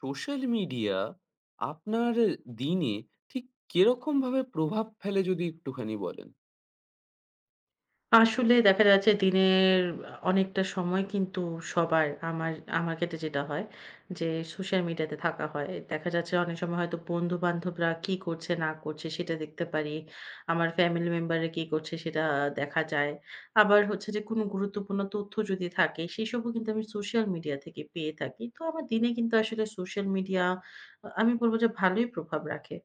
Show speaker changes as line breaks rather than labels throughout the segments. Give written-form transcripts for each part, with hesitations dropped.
Social media আপনার দিনে ঠিক কিরকম ভাবে প্রভাব ফেলে যদি একটুখানি বলেন?
আসলে দেখা যাচ্ছে দিনের অনেকটা সময় কিন্তু আমার আমার ক্ষেত্রে যেটা হয় যে সোশ্যাল মিডিয়াতে থাকা হয়। দেখা যাচ্ছে অনেক সময় হয়তো বন্ধু-বান্ধবরা কি করছে না করছে সেটা দেখতে পারি। আমার ফ্যামিলি মেম্বাররা কি করছে সেটা দেখা যায়। আবার হচ্ছে যে কোনো গুরুত্বপূর্ণ তথ্য যদি থাকে সেসবও কিন্তু আমি সোশ্যাল মিডিয়া থেকে পেয়ে থাকি। তো আমার দিনে কিন্তু আসলে সোশ্যাল মিডিয়া আমি বলব যে ভালোই প্রভাব রাখে।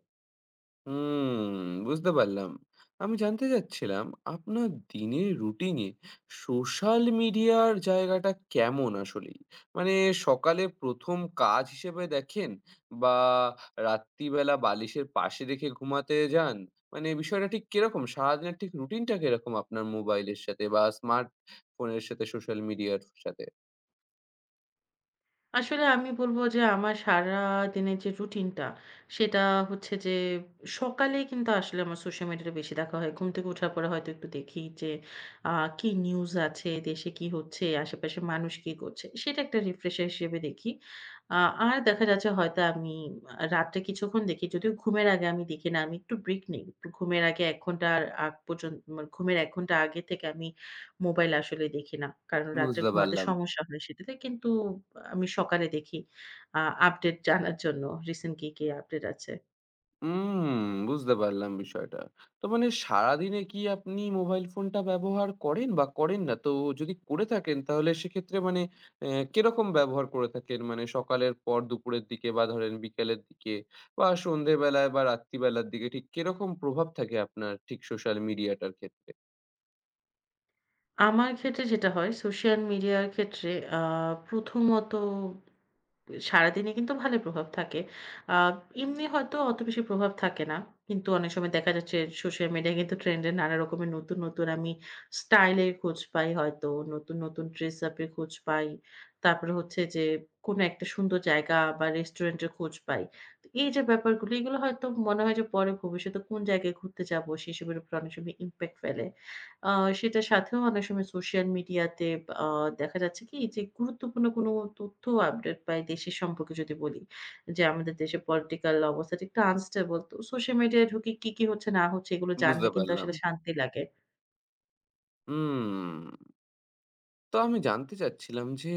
হুম, বুঝতে পারলাম। আমি জানতে চাচ্ছিলাম, আপনার দিনের রুটিনে সোশ্যাল মিডিয়ার জায়গাটা কেমন আসলেই? মানে, সকালে ১ম কাজ হিসেবে দেখেন, বা রাত্রিবেলা বালিশের পাশে রেখে ঘুমাতে যান? মানে বিষয়টা ঠিক কিরকম? সারাদিনের ঠিক রুটিনটা কিরকম, আপনার মোবাইলের সাথে বা স্মার্ট ফোনের সাথে, সোশ্যাল মিডিয়ার সাথে?
আসলে আমি বলব যে আমার সারাদিনের যে রুটিনটা, সেটা হচ্ছে যে সকালেই কিন্তু আসলে আমার সোশ্যাল মিডিয়াটা বেশি দেখা হয়। ঘুম থেকে ওঠার পরে হয়তো একটু দেখি যে আ কি নিউজ আছে, দেশে কি হচ্ছে, আশেপাশের মানুষ কি করছে। সেটা একটা রিফ্রেশার হিসেবে দেখি। আ আর দেখা যাচ্ছে হয়তো আমি রাত্রে কিছুক্ষণ দেখি। যদিও ঘুমের আগে আমি দেখি না। আমি একটু ব্রেক নেই। একটু ঘুমের আগে ১ ঘন্টার আগ পর্যন্ত মানে ঘুমের ১ ঘন্টা আগে থেকে আমি মোবাইল আসলে দেখি না। কারণ রাত্রে
বুঝতে
ঘুমাতে
পারলাম।
সমস্যা হয় সেটাতে। কিন্তু আমি সকালে দেখি আ আপডেট জানার জন্য রিসেন্ট কি, কি আপডেট আছে।
বুঝতে পারলাম বিষয়টা। তো মানে, সারাদিনে কি আপনি মোবাইল ফোনটা ব্যবহার করেন, বা করেন না? তো যদি করে থাকেন, তাহলে সেক্ষেত্রে মানে কিরকম ব্যবহার করে থাকেন? মানে, সকালের পর দুপুরের দিকে, বা ধরেন বিকেলের দিকে, বা সন্ধ্যেবেলায়, বা রাত্রিবেলার দিকে ঠিক কিরকম প্রভাব থাকে আপনার ঠিক সোশ্যাল মিডিয়াটার ক্ষেত্রে?
আমার ক্ষেত্রে যেটা হয় সোশ্যাল মিডিয়ার ক্ষেত্রে আ প্রথমত সারাদিনে কিন্তু ভালো প্রভাব থাকে। আ এমনি হয়তো অত বেশি প্রভাব থাকে না। কিন্তু অনেক সময় দেখা যাচ্ছে সোশ্যাল মিডিয়ায় কিন্তু ট্রেন্ড এর নানা রকমের নতুন, নতুন আমি স্টাইল এর খোঁজ পাই হয়তো। নতুন, নতুন ড্রেস আপ এর খোঁজ পাই। তারপরে হচ্ছে যে কোন একটা সুন্দর জায়গা বা রেস্টুরেন্ট এর খোঁজ পাই। তো এই যে ব্যাপারগুলো এগুলো হয়তো মনে হয় যে পরে ভবিষ্যতে কোন জায়গায় ঘুরতে যাবো সেসবের উপর অনেক সময় ইমপ্যাক্ট ফেলে। আ সেটার সাথেও অনেক সময় সোশ্যাল মিডিয়াতে আ দেখা যাচ্ছে কি যে গুরুত্বপূর্ণ কোনো তথ্য আপডেট পাই দেশের সম্পর্কে যদি বলি। যে আমাদের দেশের পলিটিক্যাল অবস্থাটা একটু আনস্টেবল। তো সোশ্যাল মিডিয়ায় ঢুকে কি, কি হচ্ছে না হচ্ছে এগুলো জানলে
বুঝতে
কিন্তু
পারলাম।
আসলে শান্তি লাগে।
হুম। তো আমি জানতে চাচ্ছিলাম যে,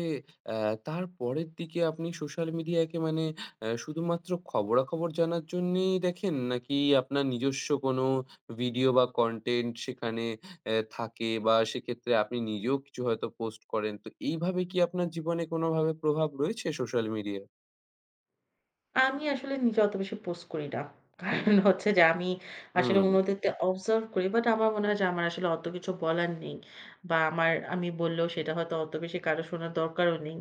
অ্যা তারপরের দিকে আপনি সোশ্যাল মিডিয়াকে মানে শুধুমাত্র খবরাখবর জানার জন্যেই দেখেন? নাকি আপনার নিজস্ব কোনো ভিডিও বা কনটেন্ট সেখানে থাকে, বা সেক্ষেত্রে আপনি নিজেও কিছু হয়তো পোস্ট করেন। তো এইভাবে কি আপনার জীবনে কোনোভাবে প্রভাব রয়েছে সোশ্যাল মিডিয়ার?
আমি আসলে নিজে অত বেশি পোস্ট করি না। কারণ হচ্ছে যে আমি আসলে
হুম।
অন্যদেরকে অবজার্ভ করি। বাট আমার মনে হয় যে আমার আসলে অত কিছু বলার নেই। বা আমার আমি বললেও সেটা হয়তো অত বেশি কারো শোনার দরকারও নেই।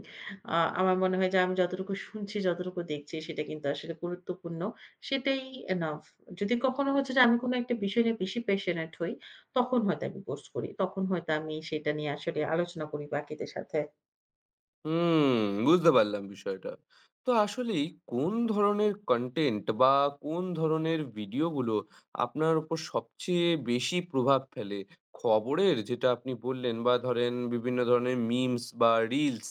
আ আমার মনে হয় যে আমি যতটুকু শুনছি, যতটুকু দেখছি সেটা কিন্তু আসলে গুরুত্বপূর্ণ। সেটাই এনাফ। যদি কখনো হচ্ছে যে আমি কোনো একটা বিষয় নিয়ে বেশি passionate হই, তখন হয়তো আমি পোস্ট করি। তখন হয়তো আমি সেটা নিয়ে আসলে আলোচনা করি বাকিদের সাথে।
হুম, বুঝতে পারলাম বিষয়টা। তো আসলেই কোন ধরনের কনটেন্ট, বা কোন ধরনের ভিডিওগুলো আপনার উপর সবচেয়ে বেশি প্রভাব ফেলে? খবরের যেটা আপনি বললেন, বা ধরেন বিভিন্ন ধরনের মিমস বা রিলস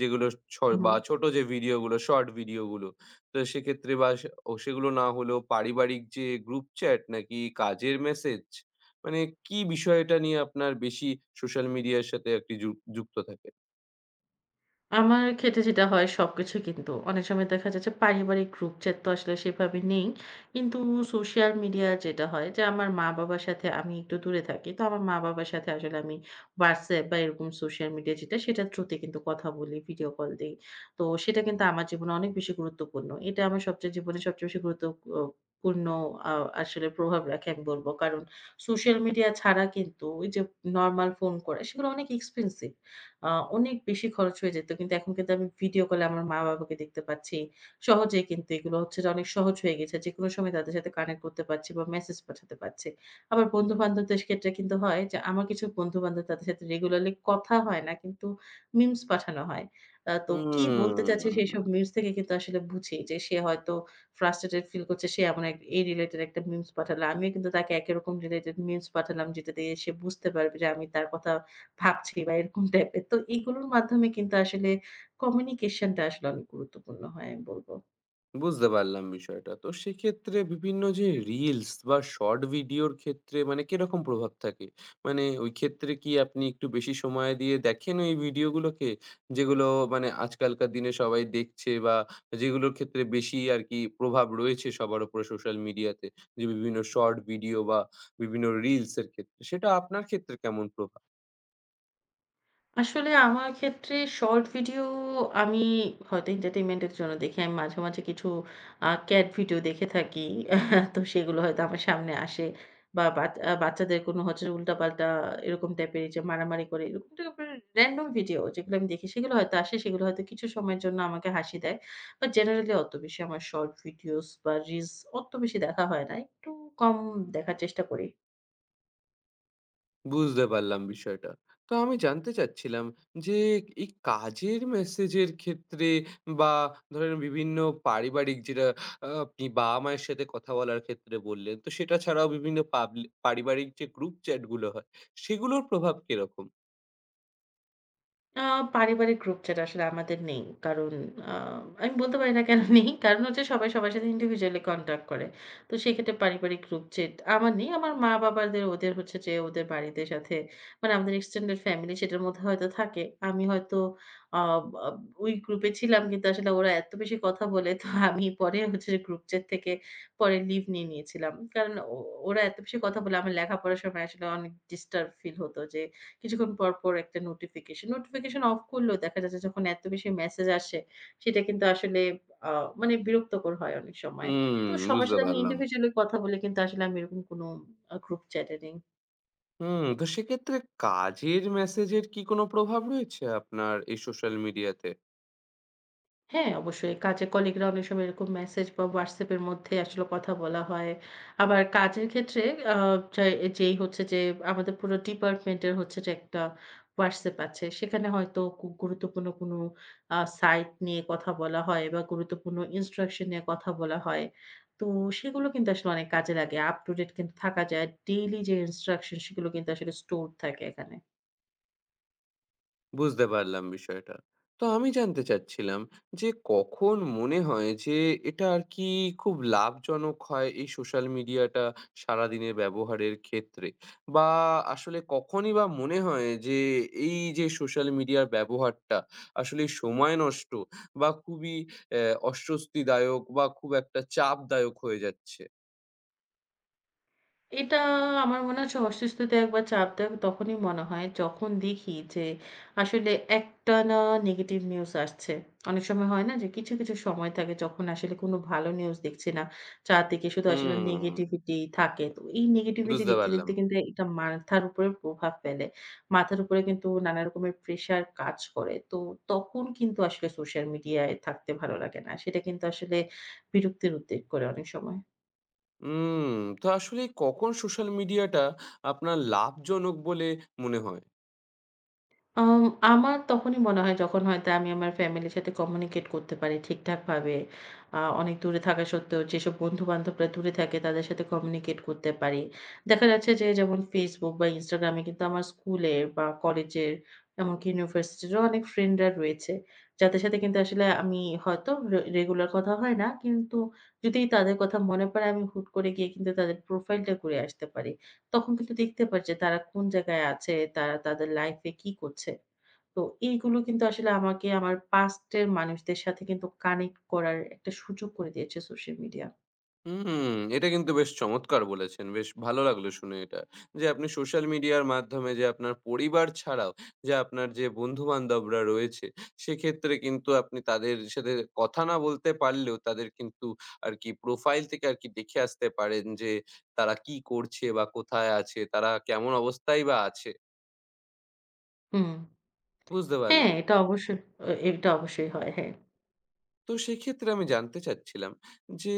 যেগুলো, ছ বা
হুম।
ছোট যে ভিডিওগুলো, শর্ট ভিডিওগুলো। তো সেক্ষেত্রে, বা সে ও সেগুলো না হলেও পারিবারিক যে গ্রুপ চ্যাট, নাকি কাজের মেসেজ? মানে, কি বিষয়টা নিয়ে আপনার বেশি সোশ্যাল মিডিয়ার সাথে একটি যুক্ত থাকে?
আমার ক্ষেত্রে যেটা হয় সবকিছুই কিন্তু। অনেক সময় দেখা যায় যে পারিবারিক গ্রুপ চ্যাট তো আসলে সেভাবে নেই। কিন্তু সোশ্যাল মিডিয়া যেটা হয় যে আমার মা-বাবার সাথে আমি একটু দূরে থাকি। তো আমার মা-বাবার সাথে আসলে আমি WhatsApp বা এরকম সোশ্যাল মিডিয়া যেটা সেটার থ্রুতে কিন্তু কথা বলি, ভিডিও কল দেই। তো সেটা কিন্তু আমার জীবনে অনেক বেশি গুরুত্বপূর্ণ। এটা আমার সবচেয়ে জীবনে সবচেয়ে বেশি গুরুত্ব অ পূর্ণ আ আসলে প্রভাব রাখে আমি বলব। কারণ সোশ্যাল মিডিয়া ছাড়া কিন্তু ওই যে নরমাল ফোন করা সেগুলো অনেক এক্সপেন্সিভ। আ অনেক বেশি খরচ হয়ে যেত। কিন্তু এখন কিন্তু আমি ভিডিও কলে আমার মা-বাবাকে দেখতে পাচ্ছি। সহজেই কিন্তু এগুলো হচ্ছে যে অনেক সহজ হয়ে গেছে। যেকোনো সময় তাদের সাথে কানেক্ট করতে পারছি বা মেসেজ পাঠাতে পারছি। আবার বন্ধু-বান্ধবদের ক্ষেত্রে কিন্তু হয় যে আমার কিছু বন্ধু-বান্ধব তাদের সাথে রেগুলারলি কথা হয় না কিন্তু মিমস পাঠানো হয়। তো কি বলতে চাচ্ছে সেসব
হুম,
মিমস থেকে কিন্তু আসলে বুঝি যে সে হয়তো ফ্রাস্ট্রেটেড ফিল করছে। সে এমন এক এই রিলেটেড একটা মিমস পাঠালো। আমিও কিন্তু তাকে একই রকম রিলেটেড মিমস পাঠালাম যেটা দিয়ে সে বুঝতে পারবে যে আমি তার কথা ভাবছি বা এরকম টাইপের। তো এগুলোর মাধ্যমে কিন্তু আসলে কমিউনিকেশনটা আসলে অনেক গুরুত্বপূর্ণ হয় আমি বলব।
বুঝতে পারলাম বিষয়টা। তো সেক্ষেত্রে বিভিন্ন যে রিলস বা শর্ট ভিডিওর ক্ষেত্রে, মানে কিরকম প্রভাব থাকে? মানে, ওই ক্ষেত্রে কি আপনি একটু বেশি সময় দিয়ে দেখেন ওই ভিডিওগুলোকে? যেগুলো মানে আজকালকার দিনে সবাই দেখছে, বা যেগুলোর ক্ষেত্রে বেশি আরকি প্রভাব রয়েছে সবার উপরে সোশ্যাল মিডিয়াতে। যে বিভিন্ন শর্ট ভিডিও বা বিভিন্ন রিলস এর ক্ষেত্রে। সেটা আপনার ক্ষেত্রে কেমন প্রভাব?
আসলে আমার ক্ষেত্রে শর্ট ভিডিও আমি হয়তো entertainment এর জন্য দেখি। আমি মাঝে, মাঝে কিছু ক্যাট ভিডিও দেখে থাকি। তো সেগুলো হয়তো আমার সামনে আসে। বা বাচ্চাদের কোনো হচ্ছে উল্টাপাল্টা এরকম টাইপের এই যে মারামারি করে এরকম টাইপের র‍্যান্ডম ভিডিও যেগুলো আমি দেখি সেগুলো হয়তো আসে। সেগুলো হয়তো কিছু সময়ের জন্য আমাকে হাসি দেয়। বাট জেনারেলি অত বেশি আমার শর্ট ভিডিওস বা রিলস অত বেশি দেখা হয় না। একটু কম দেখার চেষ্টা করি।
বুঝতে পারলাম বিষয়টা। তো আমি জানতে চাচ্ছিলাম যে, এই কাজের মেসেজের ক্ষেত্রে, বা ধরেন বিভিন্ন পারিবারিক যেটা আপনি বাবা-মায়ের সাথে কথা বলার ক্ষেত্রে বললেন, তো সেটা ছাড়াও বিভিন্ন পারিবারিক যে গ্রুপ চ্যাট গুলো হয়, সেগুলোর প্রভাব কিরকম?
আ পারিবারিক গ্রুপ চ্যাট আসলে আমাদের নেই। কারণ আ আমি বলতে পারি না কেন নেই। কারণ হচ্ছে সবাই সবার সাথে individually কনট্যাক্ট করে। তো সেক্ষেত্রে পারিবারিক গ্রুপ চ্যাট আমার নেই। আমার মা-বাবাদের ওদের হচ্ছে যে ওদের বাড়িতে সাথে মানে আমাদের extended ফ্যামিলি সেটার মধ্যে হয়তো থাকে। আমি হয়তো আ আব ওই গ্রুপে ছিলাম কিন্তু আসলে ওরা এত বেশি কথা বলে তো আমি পরে হচ্ছে যে গ্রুপ চ্যাট থেকে পরে লিভ নিয়ে নিয়েছিলাম। কারণ ওরা এত বেশি কথা বলে আমার লেখাপড়ার সময় আসলে অনেক ডিস্টার্ব ফিল হতো যে কিছুক্ষণ পর, পর একটা নোটিফিকেশন। নোটিফিকেশন অফ করলেও দেখা যাচ্ছে যখন এত বেশি মেসেজ আসে, সেটা কিন্তু আসলে আ মানে বিরক্তকর হয় অনেক সময়।
হুম,
তো সবার
বুঝতে
সাথে আমি
পারলাম।
ইন্ডিভিজুয়ালি কথা বলে কিন্তু আসলে আমি এরকম কোনো গ্রুপ চ্যাট এ নেই।
হুম, তো সেক্ষেত্রে কাজের মেসেজের কি কোনো প্রভাব রয়েছে আপনার এই সোশ্যাল মিডিয়াতে?
হ্যাঁ, অবশ্যই। কাজে কলিগরা অনেক সময় এরকম মেসেজ বা WhatsApp এর মধ্যে আসলে কথা বলা হয়। আবার কাজের ক্ষেত্রে আ যে যেই হচ্ছে যে আমাদের পুরো ডিপার্টমেন্ট এর হচ্ছে যে একটা WhatsApp আছে। সেখানে হয়তো খুব গুরুত্বপূর্ণ কোনো সাইট নিয়ে কথা বলা হয় বা গুরুত্বপূর্ণ ইনস্ট্রাকশন নিয়ে কথা বলা হয়। তো সেগুলো কিন্তু আসলে অনেক কাজে লাগে। আপ টু ডেট কিন্তু থাকা যায়। ডেইলি যে ইনস্ট্রাকশন সেগুলো কিন্তু আসলে স্টোরড থাকে এখানে।
বুঝতে পারলাম বিষয়টা। তো আমি জানতে চাচ্ছিলাম যে, কখন মনে হয় যে এটা আর কি খুব লাভজনক হয় এই সোশ্যাল মিডিয়াটা সারাদিনের ব্যবহারের ক্ষেত্রে? বা আসলে কখনই বা মনে হয় যে, এই যে সোশ্যাল মিডিয়ার ব্যবহারটা আসলে সময় নষ্ট, বা খুবই অ্যা অস্বস্তিদায়ক, বা খুব একটা চাপদায়ক হয়ে যাচ্ছে?
এটা আমার মনে হচ্ছে অসুস্থতা একবার চাপ দেয় তখনই মনে হয় যখন দেখি যে আসলে একটানা নেগেটিভ নিউজ আসছে। অনেক সময় হয় না যে কিছু, কিছু সময় থাকে যখন আসলে কোনো ভালো নিউজ দেখছি না। চারদিকে শুধু আসলে
হুম,
নেগেটিভিটি থাকে। তো এই নেগেটিভিটি
বুঝতে
দেখতে,
পারলাম।
দেখতে কিন্তু এটা মাথার উপরে প্রভাব ফেলে। মাথার উপরে কিন্তু নানা রকমের প্রেশার কাজ করে। তো তখন কিন্তু আসলে সোশ্যাল মিডিয়ায় থাকতে ভালো লাগে না। সেটা কিন্তু আসলে বিরক্তির উদ্রেক করে অনেক সময়।
তো আসলে কখন সোশ্যাল মিডিয়াটা আপনার লাভজনক বলে মনে হয়?
আম আমার তখনই মনে হয় যখন হয়তো আমি আমার ফ্যামিলির সাথে কমিউনিকেট করতে পারি ঠিকঠাকভাবে। অনেক দূরে থাকা সত্ত্বেও যেসব বন্ধু-বান্ধবরা দূরে থাকে তাদের সাথে কমিউনিকেট করতে পারি। দেখা যাচ্ছে যে যেমন Facebook বা Instagram এ কিন্তু আমার স্কুলের বা কলেজের এমনকি ইউনিভার্সিটিরও অনেক ফ্রেন্ডরা রয়েছে। যাদের সাথে কিন্তু আসলে আমি হয়তো রেগুলার কথা হয় না। কিন্তু যদি তাদের কথা মনে পড়ে আমি হুট করে গিয়ে কিন্তু তাদের প্রোফাইলটা ঘুরে আসতে পারি। তখন কিন্তু দেখতে পারি যে তারা কোন জায়গায় আছে, তারা তাদের লাইফ এ কি করছে। তো এইগুলো কিন্তু আসলে আমাকে আমার পাস্ট এর মানুষদের সাথে কিন্তু কানেক্ট করার একটা সুযোগ করে দিয়েছে সোশ্যাল মিডিয়া।
হুম, এটা কিন্তু বেশ চমৎকার বলেছেন। বেশ ভালো লাগলো শুনে এটা। যে আপনি সোশ্যাল মিডিয়ার মাধ্যমে যে আপনার পরিবার ছাড়াও, যে আপনার যে বন্ধু-বান্ধবরা রয়েছে, সেক্ষেত্রে কিন্তু আপনি তাদের সাথে কথা না বলতে পারলেও, তাদের কিন্তু আরকি প্রোফাইল থেকে আরকি দেখে আসতে পারেন যে তারা কি করছে, বা কোথায় আছে, তারা কেমন অবস্থায় বা আছে।
হুম।
বুঝতে
হ্যাঁ,
পারলাম।
এটা অবশ্যই, এটা অবশ্যই হয়। হ্যাঁ।
তো সেক্ষেত্রে আমি জানতে চাচ্ছিলাম যে,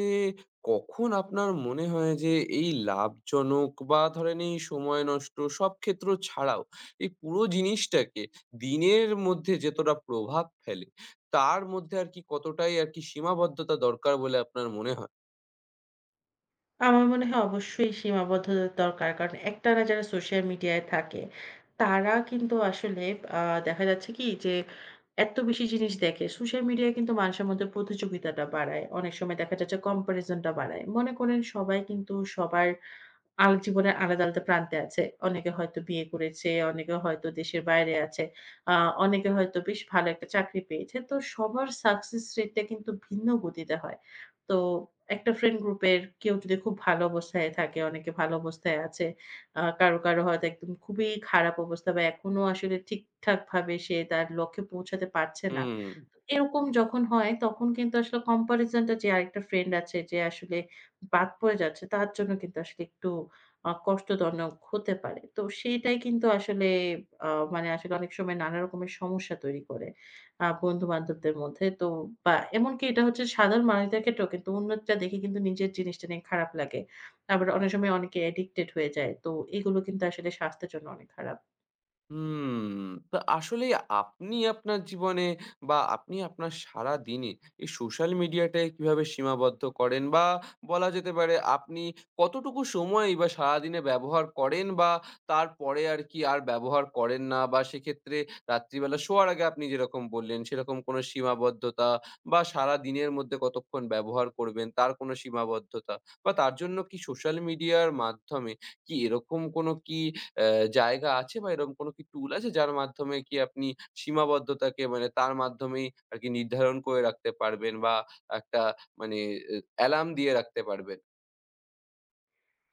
কখন আপনার মনে হয় যে এই লাভজনক, বা ধরেন এই সময় নষ্ট, সব ক্ষেত্র ছাড়াও এই পুরো জিনিসটাকে দিনের মধ্যে যতটা প্রভাব ফেলে, তার মধ্যে আর কি কতটাই আর কি সীমাবদ্ধতা দরকার বলে আপনার মনে হয়?
আমার মনে হয় অবশ্যই সীমাবদ্ধতার দরকার। কারণ একটানা যারা সোশ্যাল মিডিয়ায় থাকে, তারা কিন্তু আসলে আ দেখা যাচ্ছে কি যে এত বেশি জিনিস দেখে। সোশ্যাল মিডিয়ায় কিন্তু মানুষের মধ্যে প্রতিযোগিতাটা বাড়ায়। অনেক সময় দেখা যাচ্ছে কম্প্যারিজনটা বাড়ায়। মনে করেন সবাই কিন্তু সবার জীবনের আলাদা, আলাদা প্রান্তে আছে। অনেকে হয়তো বিয়ে করেছে, অনেকে হয়তো দেশের বাইরে আছে। আ অনেকে হয়তো বেশ ভালো একটা চাকরি পেয়েছে। তো সবার সাকসেস রেটটা কিন্তু ভিন্ন গতিতে হয়। তো একটা ফ্রেন্ড গ্রুপের কেউ যদি খুব ভালো অবস্থায় থাকে, অনেকে ভালো অবস্থায় আছে। কারো, কারো হয়তো একদম খুবই খারাপ অবস্থা বা এখনো আসলে ঠিকঠাকভাবে সে তার লক্ষ্যে পৌঁছাতে পারছে না।
হুম।
তো এরকম যখন হয় তখন কিন্তু আসলে কম্পারিজনটা যে আরেকটা ফ্রেন্ড আছে যে আসলে বাদ পড়ে যাচ্ছে তার জন্য কিন্তু আসলে একটু কষ্টজনক হতে পারে। তো সেইটাই কিন্তু আসলে আ মানে আসলে অনেক সময় নানা রকমের সমস্যা তৈরি করে বন্ধু-বান্ধবদের মধ্যে। তো বা এমনকি এটা হচ্ছে সাধারণ মানুষদের ক্ষেত্রেও কিন্তু অন্যটা দেখে কিন্তু নিজের জিনিসটা নিয়ে খারাপ লাগে। আবার অনেক সময় অনেকে অ্যাডিক্টেড হয়ে যায়। তো এগুলো কিন্তু আসলে স্বাস্থ্যের জন্য অনেক খারাপ।
হুম, তো আসলে আপনি আপনার জীবনে, বা আপনি আপনার সারাদিনে এই সোশ্যাল মিডিয়াটায় কিভাবে সীমাবদ্ধ করেন? বা বলা যেতে পারে, আপনি কতটুকু সময়ই বা সারাদিনে ব্যবহার করেন? বা তারপরে আর কি আর ব্যবহার করেন না? বা সেক্ষেত্রে রাত্রিবেলা শোয়ার আগে আপনি যেরকম বললেন, সেরকম কোনো সীমাবদ্ধতা, বা সারাদিনের মধ্যে কতক্ষণ ব্যবহার করবেন তার কোনো সীমাবদ্ধতা, বা তার জন্য কি সোশ্যাল মিডিয়ার মাধ্যমে, কি এরকম কোনো কি জায়গা আছে, বা এরকম কোনো কি টুল আছে যার মাধ্যমে কি আপনি সীমাবদ্ধতাকে মানে তার মাধ্যমেই আরকি নির্ধারণ করে রাখতে পারবেন, বা একটা মানে অ্যালার্ম দিয়ে রাখতে পারবেন?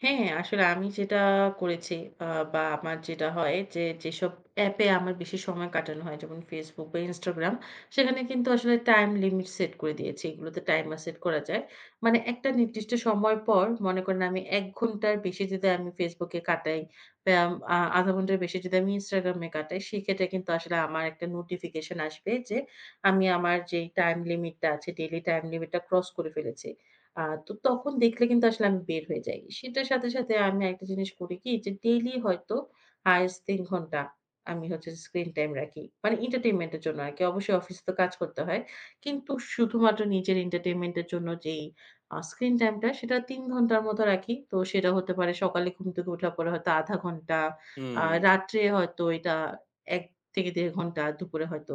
হ্যাঁ, হ্যাঁ, আসলে আমি যেটা করেছি আ বা আমার যেটা হয় যে, যেসব অ্যাপে আমার বেশি সময় কাটানো হয় যেমন Facebook বা Instagram সেখানে কিন্তু আসলে টাইম লিমিট সেট করে দিয়েছি। এগুলোতে টাইমার সেট করা যায়। মানে একটা নির্দিষ্ট সময় পর মনে করেন আমি ১ ঘন্টার বেশি যদি আমি Facebook এ কাটাই বা আম- আ ০.৫ ঘন্টার বেশি যদি আমি Instagram এ কাটাই সেক্ষেত্রে কিন্তু আসলে আমার একটা নোটিফিকেশন আসবে যে, আমি আমার যেই টাইম লিমিটটা আছে ডেইলি টাইম লিমিটটা ক্রস করে ফেলেছি। আ তো তখন দেখলে কিন্তু আসলে আমি বের হয়ে যাই। সেটার সাথে, সাথে আমি আরেকটা জিনিস করি কি যে ডেইলি হয়তো হাইয়েস্ট ৩ ঘন্টা আমি হচ্ছে স্ক্রিন টাইম রাখি। মানে এন্টারটেইনমেন্ট এর জন্য আরকি। অবশ্যই অফিসে তো কাজ করতে হয়। কিন্তু শুধুমাত্র নিজের এন্টারটেইনমেন্ট এর জন্য যেই স্ক্রিন টাইমটা সেটা ৩ ঘন্টার মতো রাখি। তো সেটা হতে পারে সকালে ঘুম থেকে ওঠার পরে হয়তো ০.৫ ঘন্টা,
হুম।
আ রাত্রে হয়তো এটা ১ থেকে ১.৫ ঘন্টা, দুপুরে হয়তো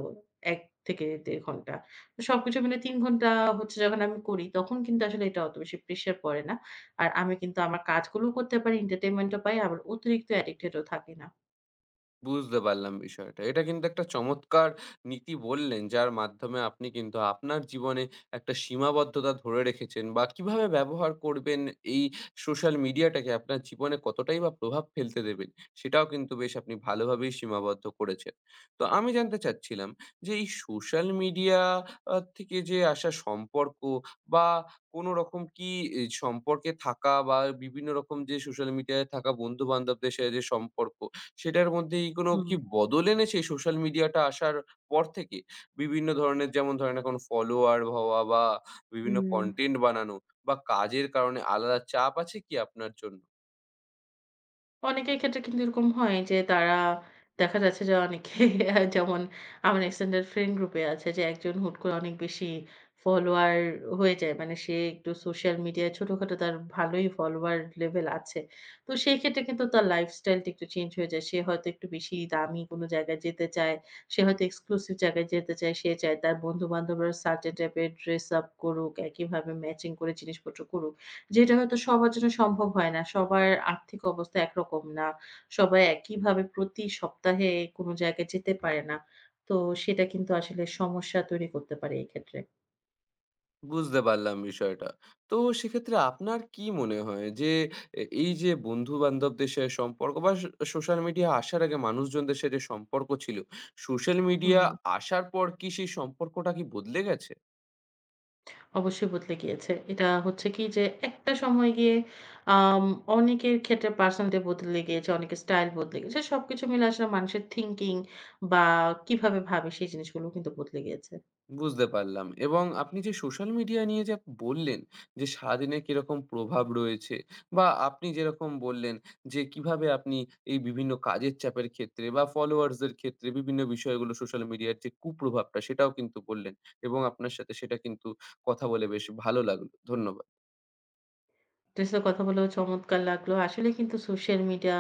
১ থেকে ১.৫ ঘন্টা। তো সবকিছু মিলে ৩ ঘন্টা হচ্ছে যখন আমি করি, তখন কিন্তু আসলে এটা অত বেশি প্রেশার পড়ে না। আর আমি কিন্তু আমার কাজগুলোও করতে পারি, entertainment ও পাই, আবার অতিরিক্ত addicted ও থাকি না।
বুঝতে পারলাম বিষয়টা। এটা কিন্তু একটা চমৎকার নীতি বললেন, যার মাধ্যমে আপনি কিন্তু আপনার জীবনে একটা সীমাবদ্ধতা ধরে রেখেছেন, বা কিভাবে ব্যবহার করবেন এই সোশ্যাল মিডিয়াটাকে, আপনার জীবনে কতটাই বা প্রভাব ফেলতে দেবেন, সেটাও কিন্তু বেশ আপনি ভালোভাবেই সীমাবদ্ধ করেছেন। তো আমি জানতে চাচ্ছিলাম যে, এই সোশ্যাল মিডিয়া থেকে যে আসা সম্পর্ক, বা কোনো রকম কি সম্পর্কে থাকা, বা বিভিন্ন রকম যে সোশ্যাল মিডিয়ায় থাকা বন্ধু-বান্ধবদের সাথে যে সম্পর্ক, সেটার মধ্যেই কোনো
হুম।
কি বদল এনেছে সোশ্যাল মিডিয়াটা আসার পর থেকে? বিভিন্ন ধরনের, যেমন ধরেন এখন ফলোয়ার হওয়া, বা বিভিন্ন
হুম।
কনটেন্ট বানানো, বা কাজের কারণে আলাদা চাপ আছে কি আপনার জন্য?
অনেকের ক্ষেত্রে কিন্তু এরকম হয় যে তারা দেখা যাচ্ছে যে অনেকে যেমন আমার এক্সটেন্ডেড ফ্রেন্ড গ্রুপে আছে যে একজন হুট করে অনেক বেশি ফলোয়ার হয়ে যায়। মানে সে একটু সোশ্যাল মিডিয়ায় ছোটখাটো তার ভালোই ফলোয়ার লেভেল আছে। তো সেই ক্ষেত্রে কিন্তু তার লাইফস্টাইলটা একটু চেঞ্জ হয়ে যায়। সে হয়তো একটু বেশি দামি কোনো জায়গায় যেতে চায়। সে হয়তো এক্সক্লুসিভ জায়গায় যেতে চায়। সে চায় তার বন্ধু-বান্ধবরা সার্টেন টাইপের ড্রেস আপ করুক, একইভাবে ম্যাচিং করে জিনিসপত্র করুক। যেটা হয়তো সবার জন্য সম্ভব হয় না। সবার আর্থিক অবস্থা একরকম না। সবাই একইভাবে প্রতি সপ্তাহে কোনো জায়গায় যেতে পারে না। তো সেটা কিন্তু আসলে সমস্যা তৈরি করতে পারে এক্ষেত্রে।
বুঝতে পারলাম বিষয়টা। তো সেক্ষেত্রে আপনার কি মনে হয় যে, এই যে বন্ধু-বান্ধবদের সম্পর্ক, বা সোশ্যাল মিডিয়া আসার আগে মানুষজনদের সাথে যে সম্পর্ক ছিল, সোশ্যাল
হুম,
মিডিয়া
হুম।
আসার পর কি সেই সম্পর্কটা কি বদলে গেছে?
অবশ্যই বদলে গিয়েছে। এটা হচ্ছে কি যে একটা সময় গিয়ে আম অনেকের ক্ষেত্রে personality বদলে গিয়েছে, অনেকের স্টাইল বদলে গেছে। সবকিছু মিলে আসলে মানুষের thinking বা কিভাবে ভাবে সেই জিনিসগুলো কিন্তু বদলে গিয়েছে।
বুঝতে পারলাম। এবং আপনি যে সোশ্যাল মিডিয়া নিয়ে যে বললেন যে সারাদিনে কিরকম প্রভাব রয়েছে, বা আপনি যেরকম বললেন যে কিভাবে আপনি এই বিভিন্ন কাজের চাপের ক্ষেত্রে, বা ফলোয়ার্সদের ক্ষেত্রে বিভিন্ন বিষয়গুলো, সোশ্যাল মিডিয়ার যে কুপ্রভাবটা সেটাও কিন্তু বললেন, এবং আপনার সাথে সেটা কিন্তু কথা বলে বেশ ভালো লাগলো। ধন্যবাদ।
আপনার সাথে কথা বলেও চমৎকার লাগলো। আসলে কিন্তু সোশ্যাল মিডিয়া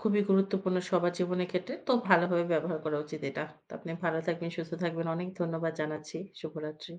খুবই গুরুত্বপূর্ণ সবার জীবনের ক্ষেত্রে। তো ভালোভাবে ব্যবহার করা উচিত এটা। তো আপনি ভালো থাকবেন, সুস্থ থাকবেন। অনেক ধন্যবাদ জানাচ্ছি। শুভরাত্রি।